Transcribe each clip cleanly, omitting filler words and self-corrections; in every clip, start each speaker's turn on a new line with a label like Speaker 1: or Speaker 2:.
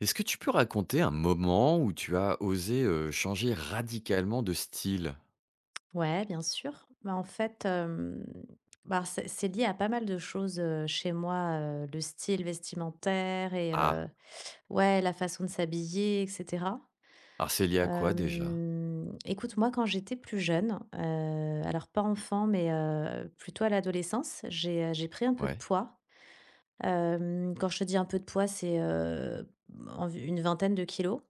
Speaker 1: Est-ce que tu peux raconter un moment où tu as osé, changer radicalement de style?
Speaker 2: Ouais, bien sûr. Bah, en fait, bah, c'est lié à pas mal de choses, chez moi, le style vestimentaire et
Speaker 1: Ah!
Speaker 2: ouais, la façon de s'habiller et cetera.
Speaker 1: Alors c'est lié à quoi déjà?
Speaker 2: Écoute, moi, quand j'étais plus jeune, alors pas enfant, mais plutôt à l'adolescence, j'ai pris un peu de
Speaker 1: Ouais.
Speaker 2: poids. Quand je te dis un peu de poids, c'est, env une vingtaine de kilos.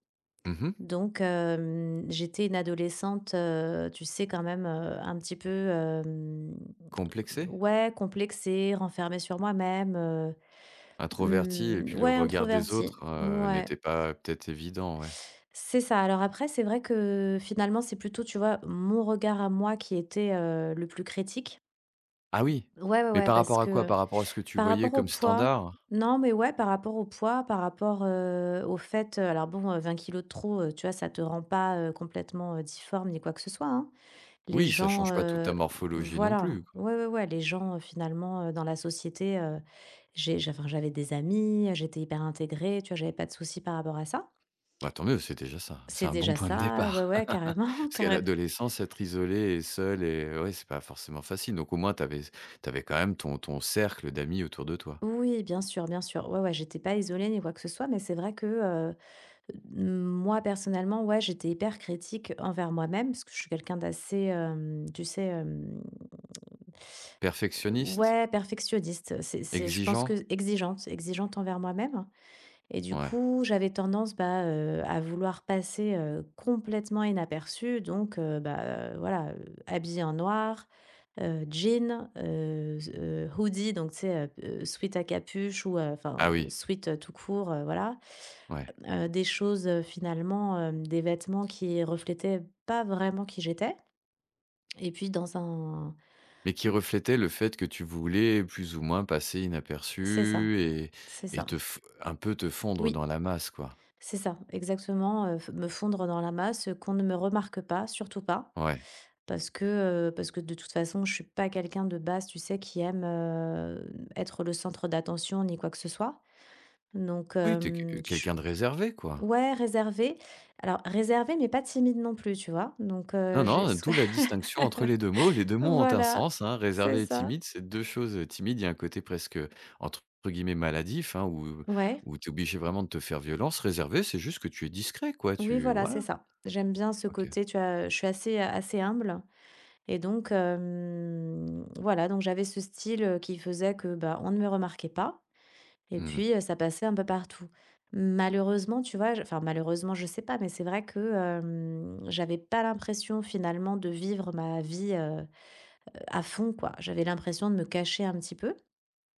Speaker 1: Mmh.
Speaker 2: Donc, j'étais une adolescente, tu sais quand même, un petit peu,
Speaker 1: Complexé?
Speaker 2: ouais, complexée, renfermée sur moi-même,
Speaker 1: Introverti et
Speaker 2: mmh,
Speaker 1: puis le
Speaker 2: ouais,
Speaker 1: regard des
Speaker 2: introvertie,
Speaker 1: autres,
Speaker 2: ouais.
Speaker 1: n'était pas peut-être évident, ouais.
Speaker 2: C'est ça. Alors après, c'est vrai que finalement, c'est plutôt, tu vois, mon regard à moi qui était, le plus critique.
Speaker 1: Ah oui!
Speaker 2: Ouais, ouais,
Speaker 1: Mais
Speaker 2: ouais,
Speaker 1: par
Speaker 2: parce
Speaker 1: rapport à quoi?
Speaker 2: que.
Speaker 1: Par rapport à ce que tu
Speaker 2: Par
Speaker 1: voyais
Speaker 2: rapport au
Speaker 1: comme
Speaker 2: poids?
Speaker 1: standard?
Speaker 2: Non, mais ouais, par rapport au poids, par rapport, au fait, alors bon, 20 kg de trop, tu vois, ça te rend pas, complètement, difforme ni quoi que ce soit, hein. Les
Speaker 1: Oui, ça change
Speaker 2: gens,
Speaker 1: pas toute ta morphologie non
Speaker 2: voilà,
Speaker 1: plus.
Speaker 2: ouais, ouais, ouais, les gens, finalement, dans la société, j'avais des amis, j'étais hyper intégrée, tu vois, j'avais pas de soucis par rapport à ça.
Speaker 1: Bah, tant mieux, c'est déjà ça. C'est
Speaker 2: C'est
Speaker 1: un bon
Speaker 2: déjà
Speaker 1: point de
Speaker 2: ça, ouais,
Speaker 1: départ.
Speaker 2: ouais, carrément,
Speaker 1: Parce qu'à
Speaker 2: carrément.
Speaker 1: l'adolescence, être isolé et seul et ouais, c'est pas forcément facile. Donc au moins, tu avais quand même ton cercle d'amis autour de toi.
Speaker 2: Oui, bien sûr, bien sûr. Ouais, ouais, j'étais pas isolée ni quoi que ce soit, mais c'est vrai que. Mmh. Moi, personnellement, ouais, j'étais hyper critique envers moi-même parce que je suis quelqu'un d'assez, tu sais,
Speaker 1: Perfectionniste?
Speaker 2: ouais, perfectionniste. C'est je pense
Speaker 1: Exigeant?
Speaker 2: que exigeante, exigeante envers moi-même et du
Speaker 1: Ouais.
Speaker 2: coup, j'avais tendance, bah, à vouloir passer, complètement inaperçue donc bah, voilà, habillée en noir, jean, z hoodie donc tu sais, sweat à capuche ou enfin,
Speaker 1: Ah oui,
Speaker 2: sweat, tout court, voilà.
Speaker 1: ouais.
Speaker 2: Des choses, finalement, des vêtements qui reflétaient pas vraiment qui j'étais et puis dans un
Speaker 1: Mais qui reflétait le fait que tu voulais plus ou moins passer
Speaker 2: c'est ça,
Speaker 1: inaperçu
Speaker 2: c'est
Speaker 1: et
Speaker 2: ça.
Speaker 1: te f un peu te fondre
Speaker 2: Oui,
Speaker 1: dans la masse, quoi.
Speaker 2: c'est ça, exactement, f me fondre dans la masse, qu'on ne me remarque pas, surtout pas,
Speaker 1: Ouais.
Speaker 2: parce que, parce que de toute façon, je suis pas quelqu'un de base, tu sais, qui aime, être le centre d'attention ni quoi que ce soit. Donc
Speaker 1: Oui, t'es
Speaker 2: hem,
Speaker 1: que
Speaker 2: je
Speaker 1: quelqu'un de réservé, quoi.
Speaker 2: Ouais, réservé. Alors réservé mais pas timide non plus, tu vois? Donc
Speaker 1: Non,
Speaker 2: j'ai
Speaker 1: non, d'où la distinction entre les 2 mots. Les 2 mots ont un
Speaker 2: voilà,
Speaker 1: sens, hein.
Speaker 2: c'est
Speaker 1: Réservé et
Speaker 2: ça.
Speaker 1: timide, c'est 2 choses, timide, il y a un côté presque, entre guillemets «maladif», hein, où
Speaker 2: Ouais,
Speaker 1: où tu es obligé vraiment de te faire violence. Réservé, c'est juste que tu es discret, quoi,
Speaker 2: oui,
Speaker 1: tu
Speaker 2: voilà, c'est
Speaker 1: voilà.
Speaker 2: ça. J'aime bien ce
Speaker 1: OK.
Speaker 2: côté, tu vois? Je suis assez, assez humble et donc voilà, donc j'avais ce style, qui faisait que, bah, on ne me remarquait pas et
Speaker 1: Mmh.
Speaker 2: puis, ça passait un peu partout. Malheureusement, tu vois? J enfin malheureusement, je sais pas, mais c'est vrai que, j'avais pas l'impression finalement de vivre ma vie, à fond, quoi. J'avais l'impression de me cacher un petit peu.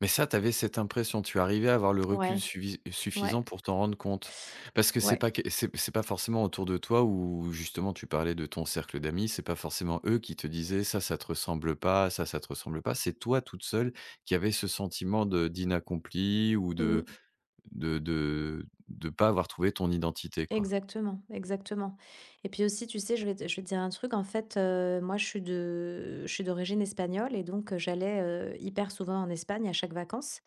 Speaker 1: Mais ça, tu avais cette impression, tu arrivais à avoir le recul
Speaker 2: Ouais, ouais.
Speaker 1: suffisant pour t'en rendre compte? Parce que c'est
Speaker 2: Ouais.
Speaker 1: pas que c'est pas forcément autour de toi où justement tu parlais de ton cercle d'amis, c'est pas forcément eux qui te disaient: Ça te ressemble pas, ça te ressemble pas». C'est toi toute seule qui avait ce sentiment de d'inaccompli ou
Speaker 2: Mmh.
Speaker 1: de pas avoir trouvé ton identité, quoi?
Speaker 2: Exactement, exactement. Et puis aussi, tu sais, je vais te dire un truc, en fait, moi, je suis d'origine espagnole et donc j'allais, hyper souvent en Espagne à chaque vacances.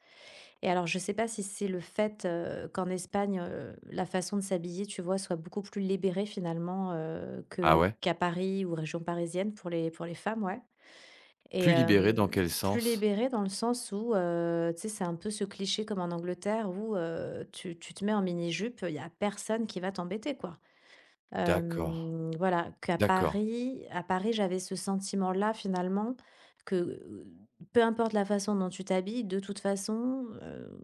Speaker 2: Et alors, je sais pas si c'est le fait, qu'en Espagne, la façon de s'habiller, tu vois, soit beaucoup plus libérée finalement,
Speaker 1: Ah
Speaker 2: que
Speaker 1: ouais?
Speaker 2: qu'à Paris ou région parisienne pour les femmes, ouais. Et
Speaker 1: Plus libérée dans quel
Speaker 2: plus
Speaker 1: sens?
Speaker 2: libérée dans le sens où, tu sais, c'est un peu ce cliché comme en Angleterre où, tu te mets en mini-jupe, il y a personne qui va t'embêter, quoi.
Speaker 1: D'accord,
Speaker 2: Voilà, qu'à
Speaker 1: d'accord.
Speaker 2: Paris à Paris, j'avais ce sentiment-là finalement que, peu importe la façon dont tu t'habilles, de toute façon,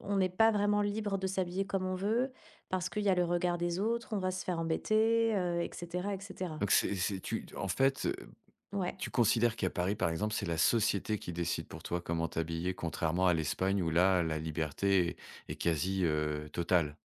Speaker 2: on n'est pas vraiment libre de s'habiller comme on veut parce qu'il y a le regard des autres, on va se faire embêter, et cetera, et cetera.
Speaker 1: Donc c'est tu en fait
Speaker 2: Ouais.
Speaker 1: Tu considères qu'à Paris, par exemple, c'est la société qui décide pour toi comment t'habiller, contrairement à l'Espagne où là, la liberté est est quasi, totale?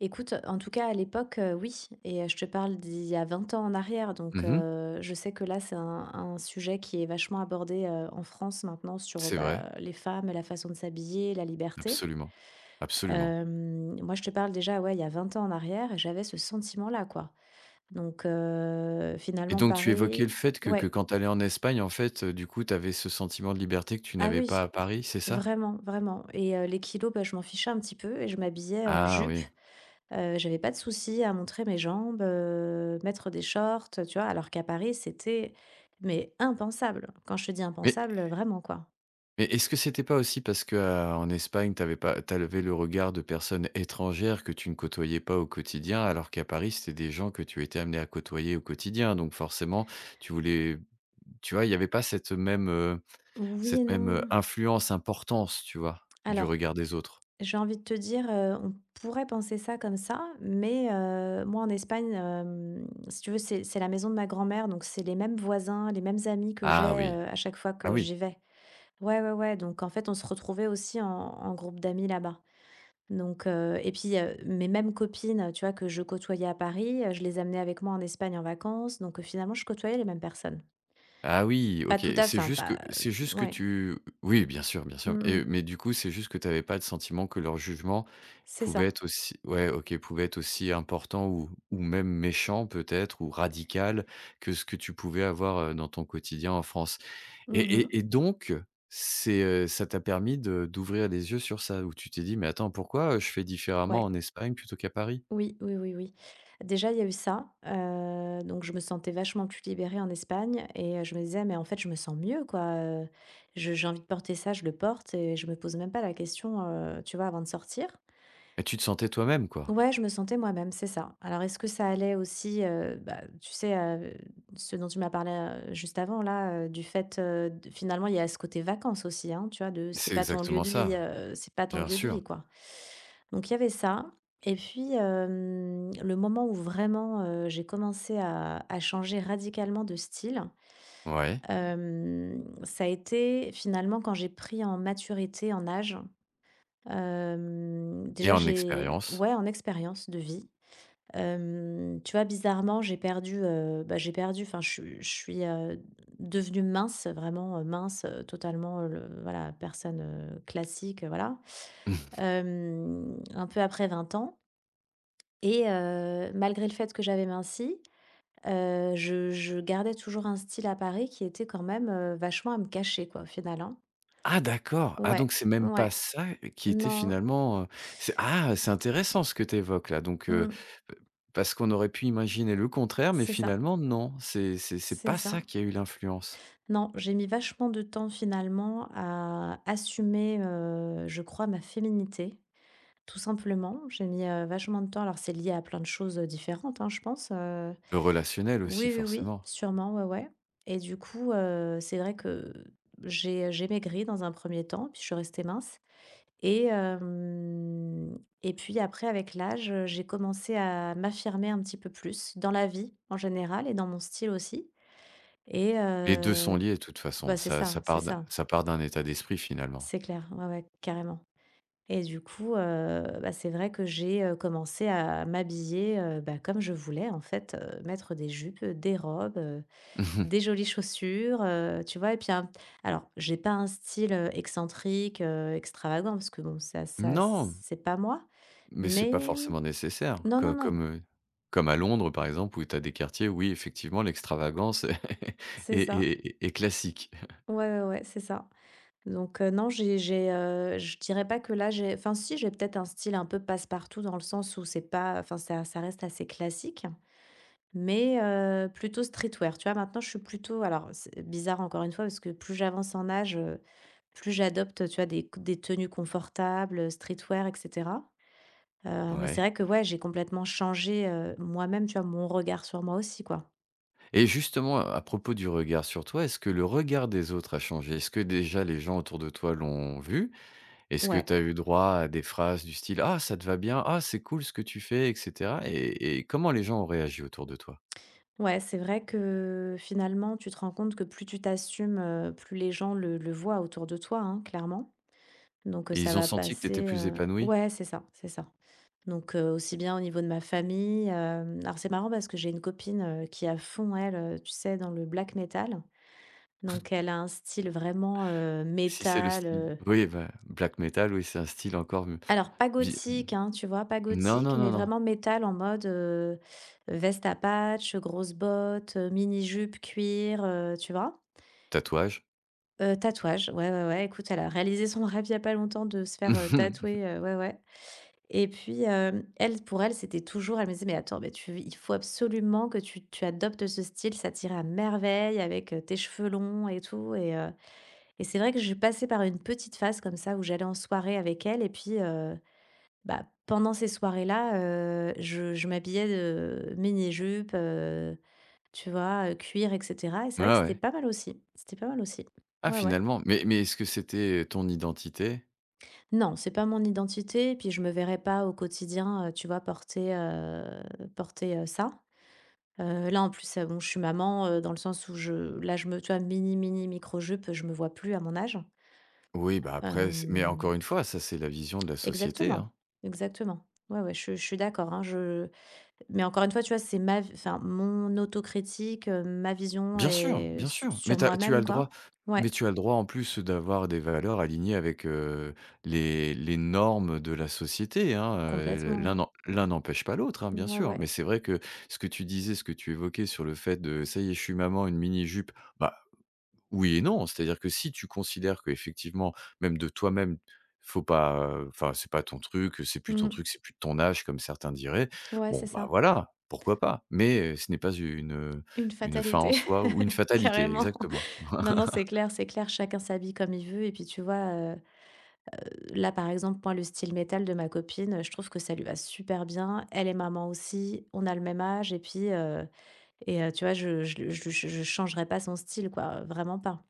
Speaker 2: Écoute, en tout cas à l'époque, oui et je te parle d'il y a 20 ans en arrière donc
Speaker 1: Mmh.
Speaker 2: je sais que là c'est un sujet qui est vachement abordé, en France maintenant sur,
Speaker 1: C'est vrai,
Speaker 2: bah, les femmes, la façon de s'habiller, la liberté.
Speaker 1: absolument, absolument,
Speaker 2: Moi je te parle déjà, ouais, il y a 20 ans en arrière et j'avais ce sentiment-là, quoi. Donc
Speaker 1: et
Speaker 2: finalement
Speaker 1: donc tu évoquais
Speaker 2: pareil
Speaker 1: le fait que
Speaker 2: ouais,
Speaker 1: quand tu allais en Espagne, en fait, du coup, tu avais ce sentiment de liberté que tu
Speaker 2: ah
Speaker 1: n'avais
Speaker 2: oui,
Speaker 1: pas à Paris, c'est ça?
Speaker 2: vraiment, vraiment et les kilos, bah, je m'en fichais un petit peu et je m'habillais en
Speaker 1: Ah
Speaker 2: jupe.
Speaker 1: oui,
Speaker 2: J'avais pas de souci à montrer mes jambes, mettre des shorts, tu vois? Alors qu'à Paris, c'était mais impensable. Quand je te dis
Speaker 1: mais
Speaker 2: impensable, vraiment, quoi.
Speaker 1: mais est-ce que c'était pas aussi parce que, en Espagne, t'avais pas t'as levé le regard de personnes étrangères que tu ne côtoyais pas au quotidien, alors qu'à Paris, c'était des gens que tu étais amené à côtoyer au quotidien, donc forcément, tu voulais tu vois, il y avait pas cette même,
Speaker 2: Oui et
Speaker 1: cette même,
Speaker 2: non.
Speaker 1: influence, importance, tu vois? Du
Speaker 2: Alors,
Speaker 1: regard des autres.
Speaker 2: j'ai envie de te dire, on pourrait penser ça comme ça, mais moi, en Espagne, si tu veux, c'est la maison de ma grand-mère, donc c'est les mêmes voisins, les mêmes amis que j'ai,
Speaker 1: Ah oui.
Speaker 2: à chaque fois
Speaker 1: Ah
Speaker 2: que
Speaker 1: oui.
Speaker 2: j'y vais. Ouais, ouais, ouais, donc en fait, on se retrouvait aussi en groupe d'amis là-bas. Donc, et puis, mes mêmes copines, tu vois, que je côtoyais à Paris, je les amenais avec moi en Espagne en vacances, donc, finalement, je côtoyais les mêmes personnes.
Speaker 1: Ah oui,
Speaker 2: Pas
Speaker 1: OK,
Speaker 2: tout à fait,
Speaker 1: c'est
Speaker 2: hein,
Speaker 1: juste que
Speaker 2: pas
Speaker 1: c'est juste que
Speaker 2: ouais.
Speaker 1: tu oui, bien sûr, bien sûr,
Speaker 2: Mmh
Speaker 1: et
Speaker 2: mh.
Speaker 1: mais du coup, c'est juste que tu avais pas le sentiment que leur jugement
Speaker 2: C'est
Speaker 1: pouvait
Speaker 2: ça.
Speaker 1: être aussi ouais, OK, pouvait être aussi important ou même méchant peut-être ou radical que ce que tu pouvais avoir, dans ton quotidien en France et
Speaker 2: Mmh.
Speaker 1: et et donc c'est, ça t'a permis de d'ouvrir les yeux sur ça, où tu t'es dit: «Mais attends, pourquoi, je fais différemment
Speaker 2: Ouais.
Speaker 1: en Espagne plutôt qu'à Paris?»
Speaker 2: Oui, oui, oui, oui. Déjà, il y a eu ça, donc je me sentais vachement plus libérée en Espagne et je me disais: «Mais en fait, je me sens mieux, quoi, je j'ai envie de porter ça, je le porte» et je me pose même pas la question, tu vois, avant de sortir.
Speaker 1: et tu te sentais toi-même, quoi.
Speaker 2: Ouais, je me sentais moi-même, c'est ça. Alors est-ce que ça allait aussi, bah, tu sais, ce dont tu m'as parlé, juste avant là, du fait, de finalement il y a ce côté vacances aussi, hein, tu vois? De c'est
Speaker 1: C'est
Speaker 2: pas ton lieu
Speaker 1: exactement
Speaker 2: de vie,
Speaker 1: ça,
Speaker 2: c'est pas ton
Speaker 1: bien
Speaker 2: lieu de
Speaker 1: sûr.
Speaker 2: vie, quoi. Donc il y avait ça et puis, le moment où vraiment, j'ai commencé à changer radicalement de style,
Speaker 1: Ouais
Speaker 2: ça a été finalement quand j'ai pris en maturité, en âge,
Speaker 1: et
Speaker 2: déjà
Speaker 1: en
Speaker 2: j'ai
Speaker 1: expérience?
Speaker 2: ouais, en expérience de vie. Tu vois, bizarrement, j'ai perdu, bah, j'ai perdu enfin, je suis, devenue mince, vraiment, mince, totalement, le voilà, personne, classique, voilà.
Speaker 1: Mmh.
Speaker 2: Un peu après 20 ans et malgré le fait que j'avais minci, je gardais toujours un style à Paris qui était quand même, vachement à me cacher, quoi, au final, hein.
Speaker 1: Ah d'accord! Ah
Speaker 2: Ouais,
Speaker 1: donc c'est même pas
Speaker 2: ouais,
Speaker 1: ça qui était
Speaker 2: non,
Speaker 1: finalement, c'est ah! C'est intéressant ce que tu évoques là donc,
Speaker 2: mmh,
Speaker 1: p parce qu'on aurait pu imaginer le contraire, mais
Speaker 2: c'est ça,
Speaker 1: finalement non, c'est
Speaker 2: c'est
Speaker 1: pas
Speaker 2: ça.
Speaker 1: ça qui a eu l'influence.
Speaker 2: Non, j'ai mis vachement de temps finalement à assumer, je crois ma féminité, tout simplement. J'ai mis, vachement de temps alors c'est lié à plein de choses, différentes, hein, je pense,
Speaker 1: Le relationnel aussi
Speaker 2: Oui, oui, oui,
Speaker 1: forcément.
Speaker 2: sûrement, ouais, ouais et du coup, c'est vrai que j'ai maigri dans un premier temps, puis je suis restée mince et hem et puis après avec l'âge, j'ai commencé à m'affirmer un petit peu plus dans la vie en général et dans mon style aussi et
Speaker 1: Les 2 sont liés de toute façon,
Speaker 2: bah, c'est ça, c'est ça.
Speaker 1: ça part d'un état d'esprit finalement.
Speaker 2: C'est clair, ouais, ouais, carrément et du coup, bah, c'est vrai que j'ai, commencé à m'habiller, bah, comme je voulais en fait, mettre des jupes, des robes,
Speaker 1: Mmh mh.
Speaker 2: des jolies chaussures, tu vois? Et puis un alors j'ai pas un style, excentrique, extravagant parce que bon ça
Speaker 1: Non,
Speaker 2: c'est pas moi,
Speaker 1: mais c'est pas
Speaker 2: mais mmh
Speaker 1: forcément nécessaire
Speaker 2: non, non,
Speaker 1: co
Speaker 2: non,
Speaker 1: comme, comme à Londres par exemple où tu as des quartiers, oui effectivement l'extravagance
Speaker 2: c'est
Speaker 1: est
Speaker 2: ça.
Speaker 1: est est classique.
Speaker 2: Ouais, ouais, ouais, c'est ça. Donc, non, je dirais pas que là, j'ai enfin si, j'ai peut-être un style un peu passe-partout dans le sens où c'est pas enfin ça reste assez classique, mais plutôt streetwear. Tu vois? Maintenant, je suis plutôt alors c'est bizarre encore une fois parce que plus j'avance en âge, plus j'adopte, tu vois, des tenues confortables, streetwear et cetera. Mais c'est
Speaker 1: Ouais.
Speaker 2: vrai que ouais, j'ai complètement changé, moi-même, tu vois, mon regard sur moi aussi, quoi.
Speaker 1: Et justement, à propos du regard sur toi, est-ce que le regard des autres a changé? Est-ce que déjà les gens autour de toi l'ont vu? Est-ce que
Speaker 2: Ouais.
Speaker 1: tu as eu droit à des phrases du style: «Ah, ça te va bien, ah, c'est cool ce que tu fais» et cetera? Et comment les gens ont réagi autour de toi?
Speaker 2: Ouais, c'est vrai que finalement, tu te rends compte que plus tu t'assumes, plus les gens le voient autour de toi, hein, clairement. Donc,
Speaker 1: Et
Speaker 2: ça
Speaker 1: ils ont
Speaker 2: va
Speaker 1: senti que tu étais
Speaker 2: passer,
Speaker 1: plus épanoui.
Speaker 2: ouais, c'est ça, c'est ça. Donc, aussi bien au niveau de ma famille, alors c'est marrant parce que j'ai une copine, qui est à fond elle, tu sais, dans le black metal. Donc elle a un style vraiment,
Speaker 1: Si c'est le
Speaker 2: métal,
Speaker 1: style oui, bah, black metal, oui, c'est un style encore mieux.
Speaker 2: alors pas
Speaker 1: Bi
Speaker 2: gothique, hein, tu vois? Pas
Speaker 1: Non,
Speaker 2: gothique,
Speaker 1: non,
Speaker 2: mais
Speaker 1: non, non.
Speaker 2: vraiment métal en mode, veste à patch, grosses bottes, mini jupe cuir, tu vois?
Speaker 1: Tatouage.
Speaker 2: Tatouage, ouais, ouais, ouais, écoute, elle a réalisé son rêve il y a pas longtemps de se faire, tatouer, ouais, ouais. Et puis, elle, pour elle, c'était toujours, elle me disait: «Mais attends, mais tu il faut absolument que tu adoptes ce style, ça t'irait à merveille avec, tes cheveux longs et tout.» Et et c'est vrai que je suis passée par une petite phase comme ça où j'allais en soirée avec elle. Et puis, bah, pendant ces soirées-là, je m'habillais de mini-jupe, tu vois, cuir et cetera, et c'est vrai que
Speaker 1: Ah
Speaker 2: c'était
Speaker 1: ouais.
Speaker 2: pas mal aussi, c'était pas mal aussi.
Speaker 1: Ah
Speaker 2: Ouais, ouais.
Speaker 1: finalement, mais est-ce que c'était ton identité?
Speaker 2: Non, c'est pas mon identité et puis je me verrais pas au quotidien, tu vois, porter, porter, ça. Là, en plus, bon, je suis maman, dans le sens où je là, je me tu vois, mini, mini micro-jupe, je me vois plus à mon âge.
Speaker 1: Oui, bah, après, c'est mais
Speaker 2: Hem,
Speaker 1: encore une fois, ça, c'est la vision de la société,
Speaker 2: Exactement,
Speaker 1: hein.
Speaker 2: exactement. Ouais, ouais, je suis d'accord, hein. je Mais encore une fois, tu vois, c'est ma v enfin, mon autocritique, ma vision est
Speaker 1: Bien
Speaker 2: su
Speaker 1: sûr, mais
Speaker 2: sur
Speaker 1: tu as
Speaker 2: moi-même,
Speaker 1: le droit,
Speaker 2: quoi. Ouais,
Speaker 1: mais tu as le droit en plus d'avoir des valeurs alignées avec, les normes de la société, hein,
Speaker 2: complètement.
Speaker 1: l'un n'empêche pas l'autre, hein, bien
Speaker 2: Ouais,
Speaker 1: sûr.
Speaker 2: ouais.
Speaker 1: Mais c'est vrai que ce que tu disais, ce que tu évoquais sur le fait de: «Ça y est, je suis maman, une mini jupe». Bah oui et non. C'est-à-dire que si tu considères que effectivement, même de toi-même, faut pas, enfin, c'est pas ton truc, c'est plus ton
Speaker 2: Mmh.
Speaker 1: truc, c'est plus de ton âge comme certains diraient,
Speaker 2: Ouais, c'est
Speaker 1: bon, bah,
Speaker 2: ça.
Speaker 1: voilà, pourquoi pas? Mais, ce n'est pas une,
Speaker 2: Une
Speaker 1: une fin en
Speaker 2: fatalité,
Speaker 1: soi ou une fatalité,
Speaker 2: carrément.
Speaker 1: exactement.
Speaker 2: Non, non, c'est clair, chacun s'habille comme il veut et puis tu vois, heu, là, par exemple, moi, le style métal de ma copine, je trouve que ça lui va super bien. Elle est maman aussi, on a le même âge. Et puis, et Tu vois, je changerai pas son style, quoi, vraiment pas.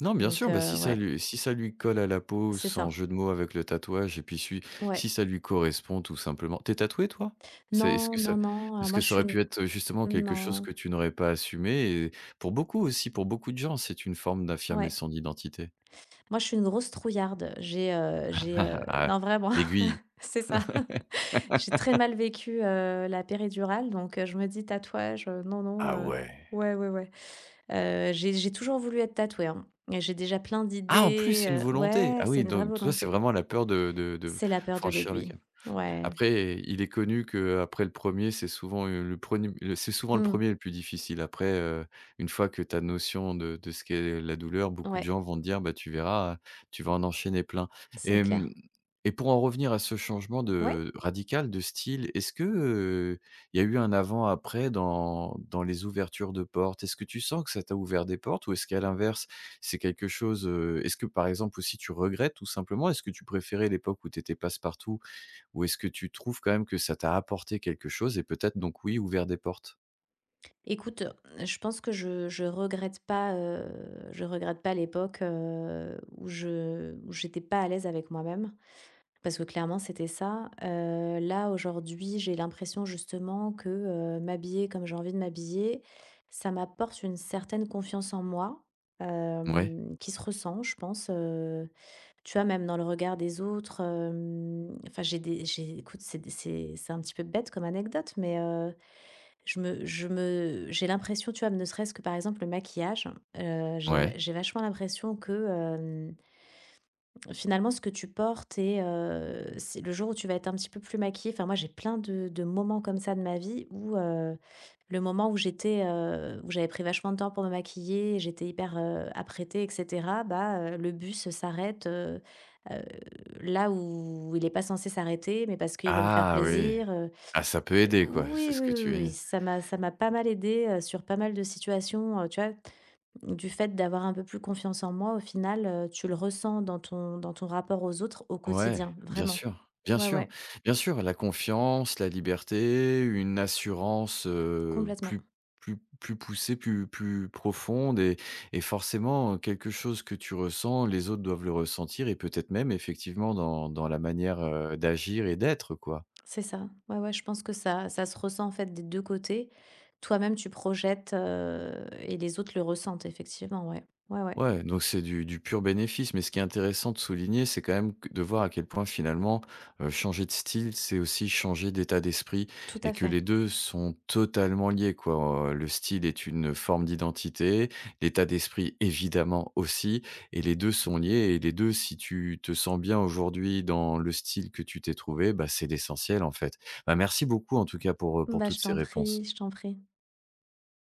Speaker 1: Non, bien
Speaker 2: Donc
Speaker 1: sûr, bah,
Speaker 2: ouais,
Speaker 1: si ça lui colle à la peau,
Speaker 2: c'est
Speaker 1: sans
Speaker 2: ça,
Speaker 1: jeu de mots avec le tatouage et puis si
Speaker 2: ouais.
Speaker 1: si ça lui correspond tout simplement. T'es tatoué toi? C'est Est-ce
Speaker 2: Non,
Speaker 1: que
Speaker 2: non,
Speaker 1: ça
Speaker 2: non, alors
Speaker 1: parce
Speaker 2: moi,
Speaker 1: que
Speaker 2: je
Speaker 1: ça
Speaker 2: suis
Speaker 1: aurait pu
Speaker 2: une
Speaker 1: être, justement quelque chose
Speaker 2: non,
Speaker 1: que tu n'aurais pas assumé et pour beaucoup aussi, pour beaucoup de gens, c'est une forme d'affirmer
Speaker 2: ouais.
Speaker 1: son identité.
Speaker 2: Moi, je suis une grosse trouillarde. J'ai,
Speaker 1: Ah,
Speaker 2: non, vraiment,
Speaker 1: l'aiguille.
Speaker 2: c'est ça. J'ai très mal vécu, la péridurale, donc je me dis: «Tatouage, non, non,»
Speaker 1: Ah ouais.
Speaker 2: Ouais, ouais, ouais. J'ai toujours voulu être tatouée, hein, et j'ai déjà plein
Speaker 1: Ah, en plus, c'est une
Speaker 2: d'idées,
Speaker 1: volonté.
Speaker 2: ouais,
Speaker 1: Ah
Speaker 2: c'est
Speaker 1: oui,
Speaker 2: une vraie
Speaker 1: donc toi, c'est
Speaker 2: volonté.
Speaker 1: vraiment la peur de
Speaker 2: C'est la peur de
Speaker 1: franchir le
Speaker 2: l'aiguille.
Speaker 1: cap.
Speaker 2: Ouais.
Speaker 1: Après, il est connu que après le premier, c'est souvent, le preni le c'est souvent le
Speaker 2: Mmh.
Speaker 1: premier le plus difficile. Après, une fois que tu as notion de ce qu'est la douleur, beaucoup de
Speaker 2: Ouais,
Speaker 1: gens vont te dire: «Bah, tu verras, tu vas en enchaîner plein», et
Speaker 2: c'est
Speaker 1: hem
Speaker 2: clair.
Speaker 1: et pour en revenir à ce changement
Speaker 2: Ouais.
Speaker 1: de radical de style, est-ce que, il y a eu un avant après dans dans les ouvertures de portes? Est-ce que tu sens que ça t'a ouvert des portes ou est-ce qu'à l'inverse, c'est quelque chose, est-ce que, par exemple, aussi, tu regrettes tout simplement? Est-ce que tu préférais l'époque où tu étais passe-partout ou est-ce que tu trouves quand même que ça t'a apporté quelque chose et peut-être donc oui, ouvert des portes?
Speaker 2: Écoute, je pense que je regrette pas l'époque, où j'étais pas à l'aise avec moi-même. Parce que clairement, c'était ça. Là, aujourd'hui, j'ai l'impression justement que, m'habiller comme j'ai envie de m'habiller, ça m'apporte une certaine confiance en moi,
Speaker 1: Ouais,
Speaker 2: qui se ressent, je pense, tu vois? Même dans le regard des autres. Enfin, j'ai, écoute, c'est un petit peu bête comme anecdote, mais, je me j'ai l'impression, tu vois? Ne serait-ce que, par exemple, le maquillage,
Speaker 1: ouais.
Speaker 2: j'ai vachement l'impression que, euh, finalement, ce que tu portes, c'est le jour où tu vas être un petit peu plus maquillée, enfin, moi, j'ai plein de moments comme ça de ma vie où, le moment où j'étais, où j'avais pris vachement de temps pour me maquiller, j'étais hyper, apprêtée et cetera, bah, le bus s'arrête, heu, là où il n'est pas censé s'arrêter, mais parce qu'il veut me faire
Speaker 1: Ah oui,
Speaker 2: plaisir,
Speaker 1: ah ça peut aider quoi, c'est
Speaker 2: oui,
Speaker 1: ce que
Speaker 2: oui, oui,
Speaker 1: tu veux
Speaker 2: oui,
Speaker 1: dire.
Speaker 2: ça m'a pas mal aidée, sur pas mal de situations, tu vois? Du fait d'avoir un peu plus confiance en moi, au final, tu le ressens dans ton rapport aux autres au
Speaker 1: Ouais,
Speaker 2: quotidien,
Speaker 1: bien
Speaker 2: vraiment.
Speaker 1: sûr, bien
Speaker 2: Ouais,
Speaker 1: sûr,
Speaker 2: ouais,
Speaker 1: bien sûr, la confiance, la liberté, une assurance,
Speaker 2: complètement.
Speaker 1: plus plus poussée, plus profonde et forcément, quelque chose que tu ressens, les autres doivent le ressentir et peut-être même effectivement dans dans la manière, d'agir et d'être quoi.
Speaker 2: C'est ça. Ouais, ouais, je pense que ça se ressent en fait des 2 côtés. Toi-même, tu projettes, et les autres le ressentent effectivement, ouais. Ouais, ouais,
Speaker 1: Ouais, donc c'est du pur bénéfice, mais ce qui est intéressant de souligner, c'est quand même que de voir à quel point finalement, changer de style, c'est aussi changer d'état d'esprit
Speaker 2: tout
Speaker 1: et
Speaker 2: à
Speaker 1: que
Speaker 2: fait.
Speaker 1: les 2 sont totalement liés quoi, le style est une forme d'identité, l'état d'esprit évidemment aussi et les 2 sont liés et les 2, si tu te sens bien aujourd'hui dans le style que tu t'es trouvé, bah, c'est l'essentiel en fait. Bah, merci beaucoup en tout cas pour
Speaker 2: Bah, je
Speaker 1: toutes ces
Speaker 2: t'en prie,
Speaker 1: réponses.
Speaker 2: je t'en prie.